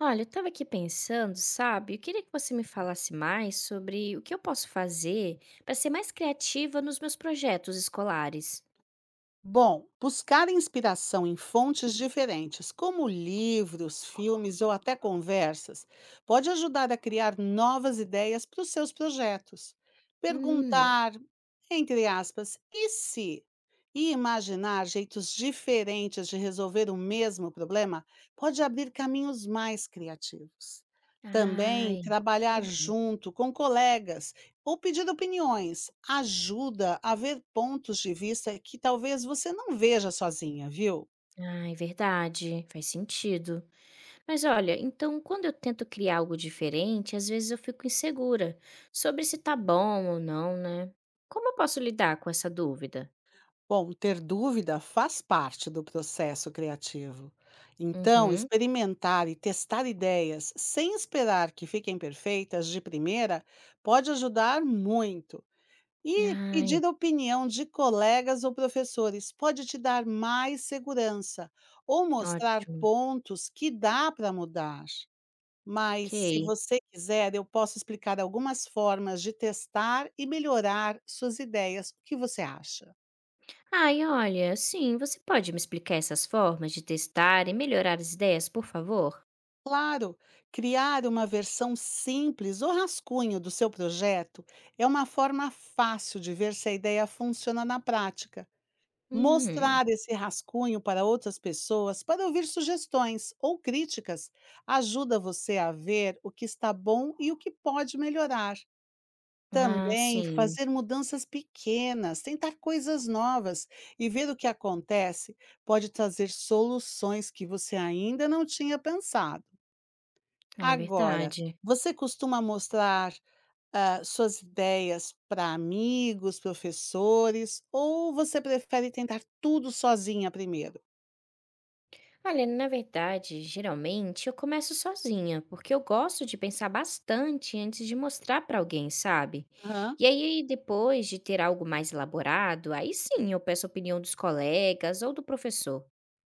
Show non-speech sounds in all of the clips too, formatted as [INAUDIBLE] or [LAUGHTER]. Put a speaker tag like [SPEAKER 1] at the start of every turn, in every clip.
[SPEAKER 1] Olha, eu estava aqui pensando, sabe? Eu queria que você me falasse mais sobre o que eu posso fazer para ser mais criativa nos meus projetos escolares.
[SPEAKER 2] Bom, buscar inspiração em fontes diferentes, como livros, filmes ou até conversas, pode ajudar a criar novas ideias para os seus projetos.
[SPEAKER 1] Hum.
[SPEAKER 2] Perguntar, entre aspas, e se? E imaginar jeitos diferentes de resolver o mesmo problema pode abrir caminhos mais criativos. Também
[SPEAKER 1] Ai,
[SPEAKER 2] trabalhar
[SPEAKER 1] legal.
[SPEAKER 2] junto com colegas ou pedir opiniões ajuda a ver pontos de vista que talvez você não veja sozinha, viu?
[SPEAKER 1] Ai, verdade, faz sentido. Mas olha, então quando eu tento criar algo diferente, às vezes eu fico insegura sobre se tá bom ou não, né? Como eu posso lidar com essa dúvida?
[SPEAKER 2] Bom, ter dúvida faz parte do processo criativo. Então,
[SPEAKER 1] Uhum.
[SPEAKER 2] experimentar e testar ideias sem esperar que fiquem perfeitas de primeira pode ajudar muito. E
[SPEAKER 1] Ai,
[SPEAKER 2] pedir a opinião de colegas ou professores pode te dar mais segurança ou mostrar
[SPEAKER 1] ótimo.
[SPEAKER 2] pontos que dá para mudar. Mas se
[SPEAKER 1] Ok.
[SPEAKER 2] você quiser, eu posso explicar algumas formas de testar e melhorar suas ideias. O que você acha?
[SPEAKER 1] Ai, olha, sim, você pode me explicar essas formas de testar e melhorar as ideias, por favor?
[SPEAKER 2] Claro, criar uma versão simples ou rascunho do seu projeto é uma forma fácil de ver se a ideia funciona na prática.
[SPEAKER 1] Hum.
[SPEAKER 2] Mostrar esse rascunho para outras pessoas para ouvir sugestões ou críticas ajuda você a ver o que está bom e o que pode melhorar.
[SPEAKER 1] Ah,
[SPEAKER 2] Também
[SPEAKER 1] sim,
[SPEAKER 2] fazer mudanças pequenas, tentar coisas novas e ver o que acontece pode trazer soluções que você ainda não tinha pensado.
[SPEAKER 1] é
[SPEAKER 2] Agora,
[SPEAKER 1] verdade.
[SPEAKER 2] você costuma mostrar suas ideias para amigos, professores, ou você prefere tentar tudo sozinha primeiro?
[SPEAKER 1] Olha, na verdade, geralmente eu começo sozinha, porque eu gosto de pensar bastante antes de mostrar para alguém, sabe?
[SPEAKER 2] Aham.
[SPEAKER 1] E aí, depois de ter algo mais elaborado, aí sim eu peço a opinião dos colegas ou do professor.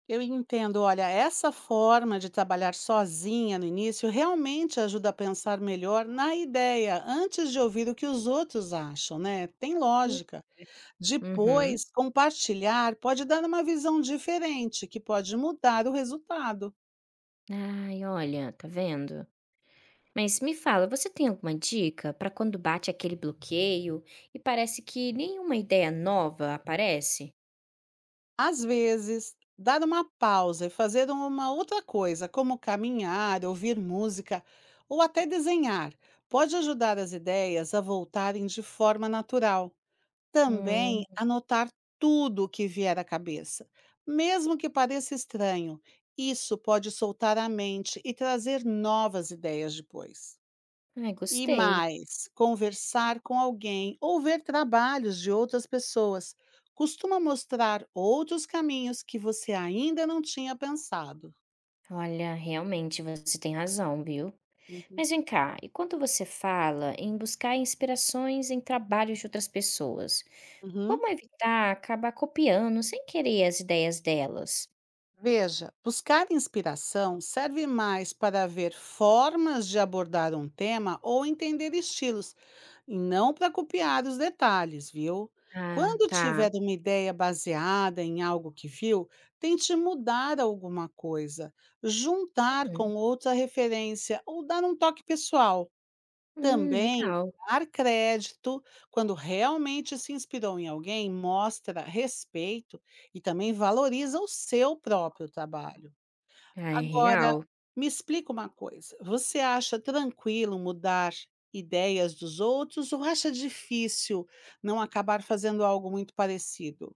[SPEAKER 2] Eu entendo. Olha, essa forma de trabalhar sozinha no início realmente ajuda a pensar melhor na ideia, antes de ouvir o que os outros acham, né? Tem
[SPEAKER 1] Pois.
[SPEAKER 2] lógica. Depois,
[SPEAKER 1] Uhum.
[SPEAKER 2] compartilhar pode dar uma visão diferente, que pode mudar o resultado.
[SPEAKER 1] Ai, olha, tá vendo? Mas me fala, você tem alguma dica para quando bate aquele bloqueio e parece que nenhuma ideia nova aparece?
[SPEAKER 2] Às vezes, dar uma pausa e fazer uma outra coisa, como caminhar, ouvir música ou até desenhar, pode ajudar as ideias a voltarem de forma natural.
[SPEAKER 1] Hum.
[SPEAKER 2] Também anotar tudo o que vier à cabeça, mesmo que pareça estranho. Isso pode soltar a mente e trazer novas ideias depois.
[SPEAKER 1] Ai,
[SPEAKER 2] E
[SPEAKER 1] gostei.
[SPEAKER 2] mais, conversar com alguém ou ver trabalhos de outras pessoas costuma mostrar outros caminhos que você ainda não tinha pensado.
[SPEAKER 1] Olha, realmente você tem razão, viu?
[SPEAKER 2] Uhum.
[SPEAKER 1] Mas vem cá, e quando você fala em buscar inspirações em trabalhos de outras pessoas,
[SPEAKER 2] Uhum.
[SPEAKER 1] como evitar acabar copiando sem querer as ideias delas?
[SPEAKER 2] Veja, buscar inspiração serve mais para ver formas de abordar um tema ou entender estilos, e não para copiar os detalhes, viu?
[SPEAKER 1] Ah,
[SPEAKER 2] Quando
[SPEAKER 1] tá.
[SPEAKER 2] tiver uma ideia baseada em algo que viu, tente mudar alguma coisa, juntar
[SPEAKER 1] Hum.
[SPEAKER 2] com outra referência ou dar um toque pessoal.
[SPEAKER 1] Hum,
[SPEAKER 2] Também,
[SPEAKER 1] legal.
[SPEAKER 2] dar crédito quando realmente se inspirou em alguém mostra respeito e também valoriza o seu próprio trabalho.
[SPEAKER 1] Ah, é
[SPEAKER 2] Agora,
[SPEAKER 1] real.
[SPEAKER 2] me explica uma coisa: você acha tranquilo mudar ideias dos outros ou acha difícil não acabar fazendo algo muito parecido?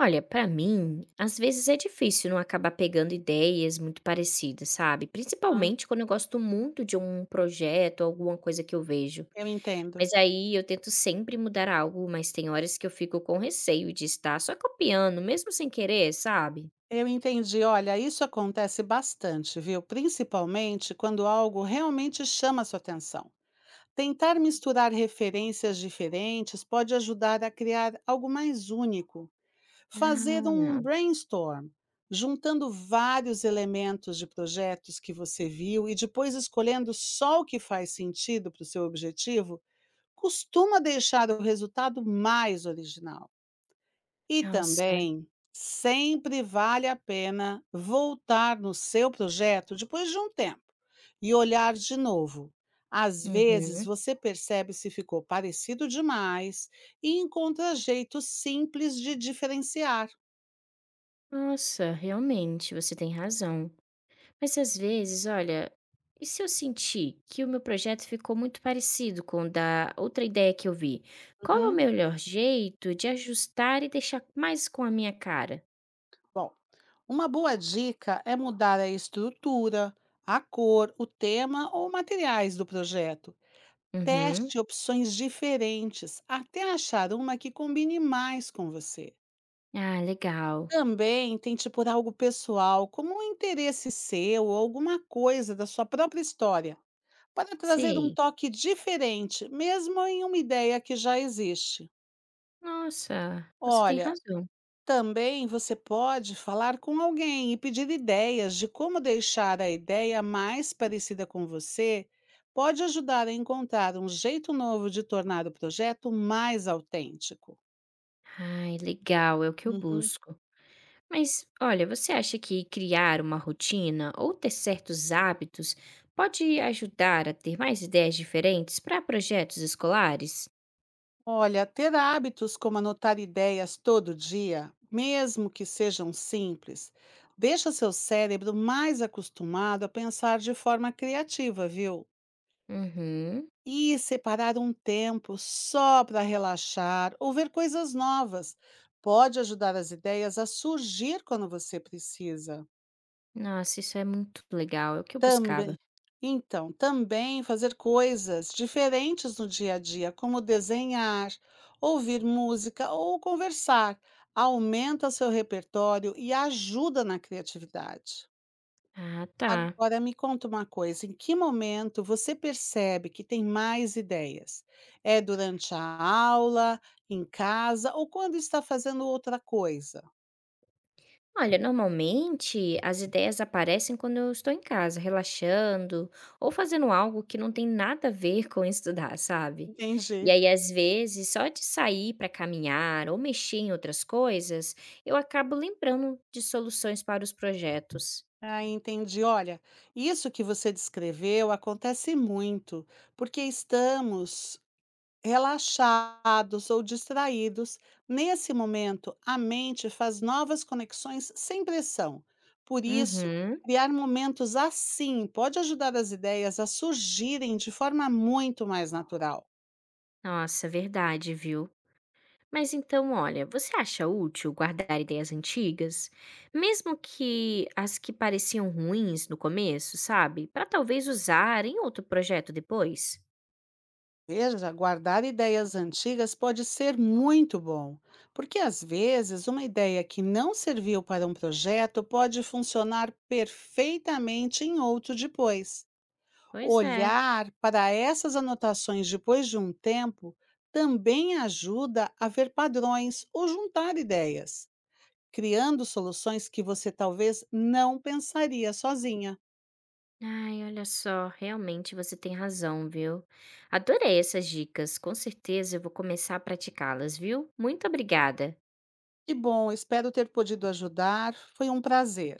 [SPEAKER 1] Olha, pra mim, às vezes é difícil não acabar pegando ideias muito parecidas, sabe?
[SPEAKER 2] Hã,
[SPEAKER 1] Principalmente quando eu gosto muito de um projeto, alguma coisa que eu vejo.
[SPEAKER 2] eu entendo.
[SPEAKER 1] Mas aí eu tento sempre mudar algo, mas tem horas que eu fico com receio de estar só copiando, mesmo sem querer, sabe?
[SPEAKER 2] Eu entendi. Olha, isso acontece bastante, viu? Principalmente quando algo realmente chama sua atenção. Tentar misturar referências diferentes pode ajudar a criar algo mais único. Fazer um
[SPEAKER 1] Ah,
[SPEAKER 2] brainstorm, juntando vários elementos de projetos que você viu e depois escolhendo só o que faz sentido para o seu objetivo, costuma deixar o resultado mais original. E
[SPEAKER 1] nossa.
[SPEAKER 2] também, sempre vale a pena voltar no seu projeto depois de um tempo e olhar de novo. Às vezes,
[SPEAKER 1] Uhum.
[SPEAKER 2] você percebe se ficou parecido demais e encontra jeitos simples de diferenciar.
[SPEAKER 1] Nossa, realmente, você tem razão. Mas às vezes, olha, e se eu sentir que o meu projeto ficou muito parecido com o da outra ideia que eu vi? Qual é o
[SPEAKER 2] Uhum.
[SPEAKER 1] melhor jeito de ajustar e deixar mais com a minha cara?
[SPEAKER 2] Bom, uma boa dica é mudar a estrutura, a cor, o tema ou materiais do projeto.
[SPEAKER 1] Uhum.
[SPEAKER 2] Teste opções diferentes até achar uma que combine mais com você.
[SPEAKER 1] Ah, legal.
[SPEAKER 2] Também tente por algo pessoal, como um interesse seu ou alguma coisa da sua própria história, para trazer um
[SPEAKER 1] Sei.
[SPEAKER 2] toque diferente, mesmo em uma ideia que já existe.
[SPEAKER 1] Nossa, você tem
[SPEAKER 2] Olha,
[SPEAKER 1] razão.
[SPEAKER 2] também você pode falar com alguém e pedir ideias de como deixar a ideia mais parecida com você, pode ajudar a encontrar um jeito novo de tornar o projeto mais autêntico.
[SPEAKER 1] Ai, legal, é o que eu
[SPEAKER 2] Uhum.
[SPEAKER 1] busco. Mas olha, você acha que criar uma rotina ou ter certos hábitos pode ajudar a ter mais ideias diferentes para projetos escolares?
[SPEAKER 2] Olha, ter hábitos como anotar ideias todo dia, mesmo que sejam simples, deixa seu cérebro mais acostumado a pensar de forma criativa, viu?
[SPEAKER 1] Uhum.
[SPEAKER 2] E separar um tempo só para relaxar ou ver coisas novas pode ajudar as ideias a surgir quando você precisa.
[SPEAKER 1] Nossa, isso é muito legal, é o que eu
[SPEAKER 2] Também
[SPEAKER 1] buscava.
[SPEAKER 2] também fazer coisas diferentes no dia a dia, como desenhar, ouvir música ou conversar, aumenta seu repertório e ajuda na criatividade.
[SPEAKER 1] Ah, tá.
[SPEAKER 2] Agora me conta uma coisa, em que momento você percebe que tem mais ideias? É durante a aula, em casa ou quando está fazendo outra coisa?
[SPEAKER 1] Olha, normalmente as ideias aparecem quando eu estou em casa, relaxando ou fazendo algo que não tem nada a ver [LAUGHS] com estudar, sabe? E
[SPEAKER 2] Entendi.
[SPEAKER 1] aí, às vezes, só de sair para caminhar ou mexer em outras coisas, eu acabo lembrando de soluções para os projetos.
[SPEAKER 2] Ah, entendi. Olha, isso que você descreveu acontece muito, porque estamos relaxados ou distraídos. Nesse momento, a mente faz novas conexões sem pressão. Por isso,
[SPEAKER 1] Uhum.
[SPEAKER 2] criar momentos assim pode ajudar as ideias a surgirem de forma muito mais natural.
[SPEAKER 1] Nossa, verdade, viu? Mas então, olha, você acha útil guardar ideias antigas, mesmo que as que pareciam ruins no começo, sabe? Para talvez usar em outro projeto depois?
[SPEAKER 2] Veja, guardar ideias antigas pode ser muito bom, porque às vezes uma ideia que não serviu para um projeto pode funcionar perfeitamente em outro depois.
[SPEAKER 1] Pois é.
[SPEAKER 2] Olhar para essas anotações depois de um tempo também ajuda a ver padrões ou juntar ideias, criando soluções que você talvez não pensaria sozinha.
[SPEAKER 1] Ai, olha só, realmente você tem razão, viu? Adorei essas dicas, com certeza eu vou começar a praticá-las, viu? Muito obrigada.
[SPEAKER 2] Que bom, espero ter podido ajudar. Foi um prazer.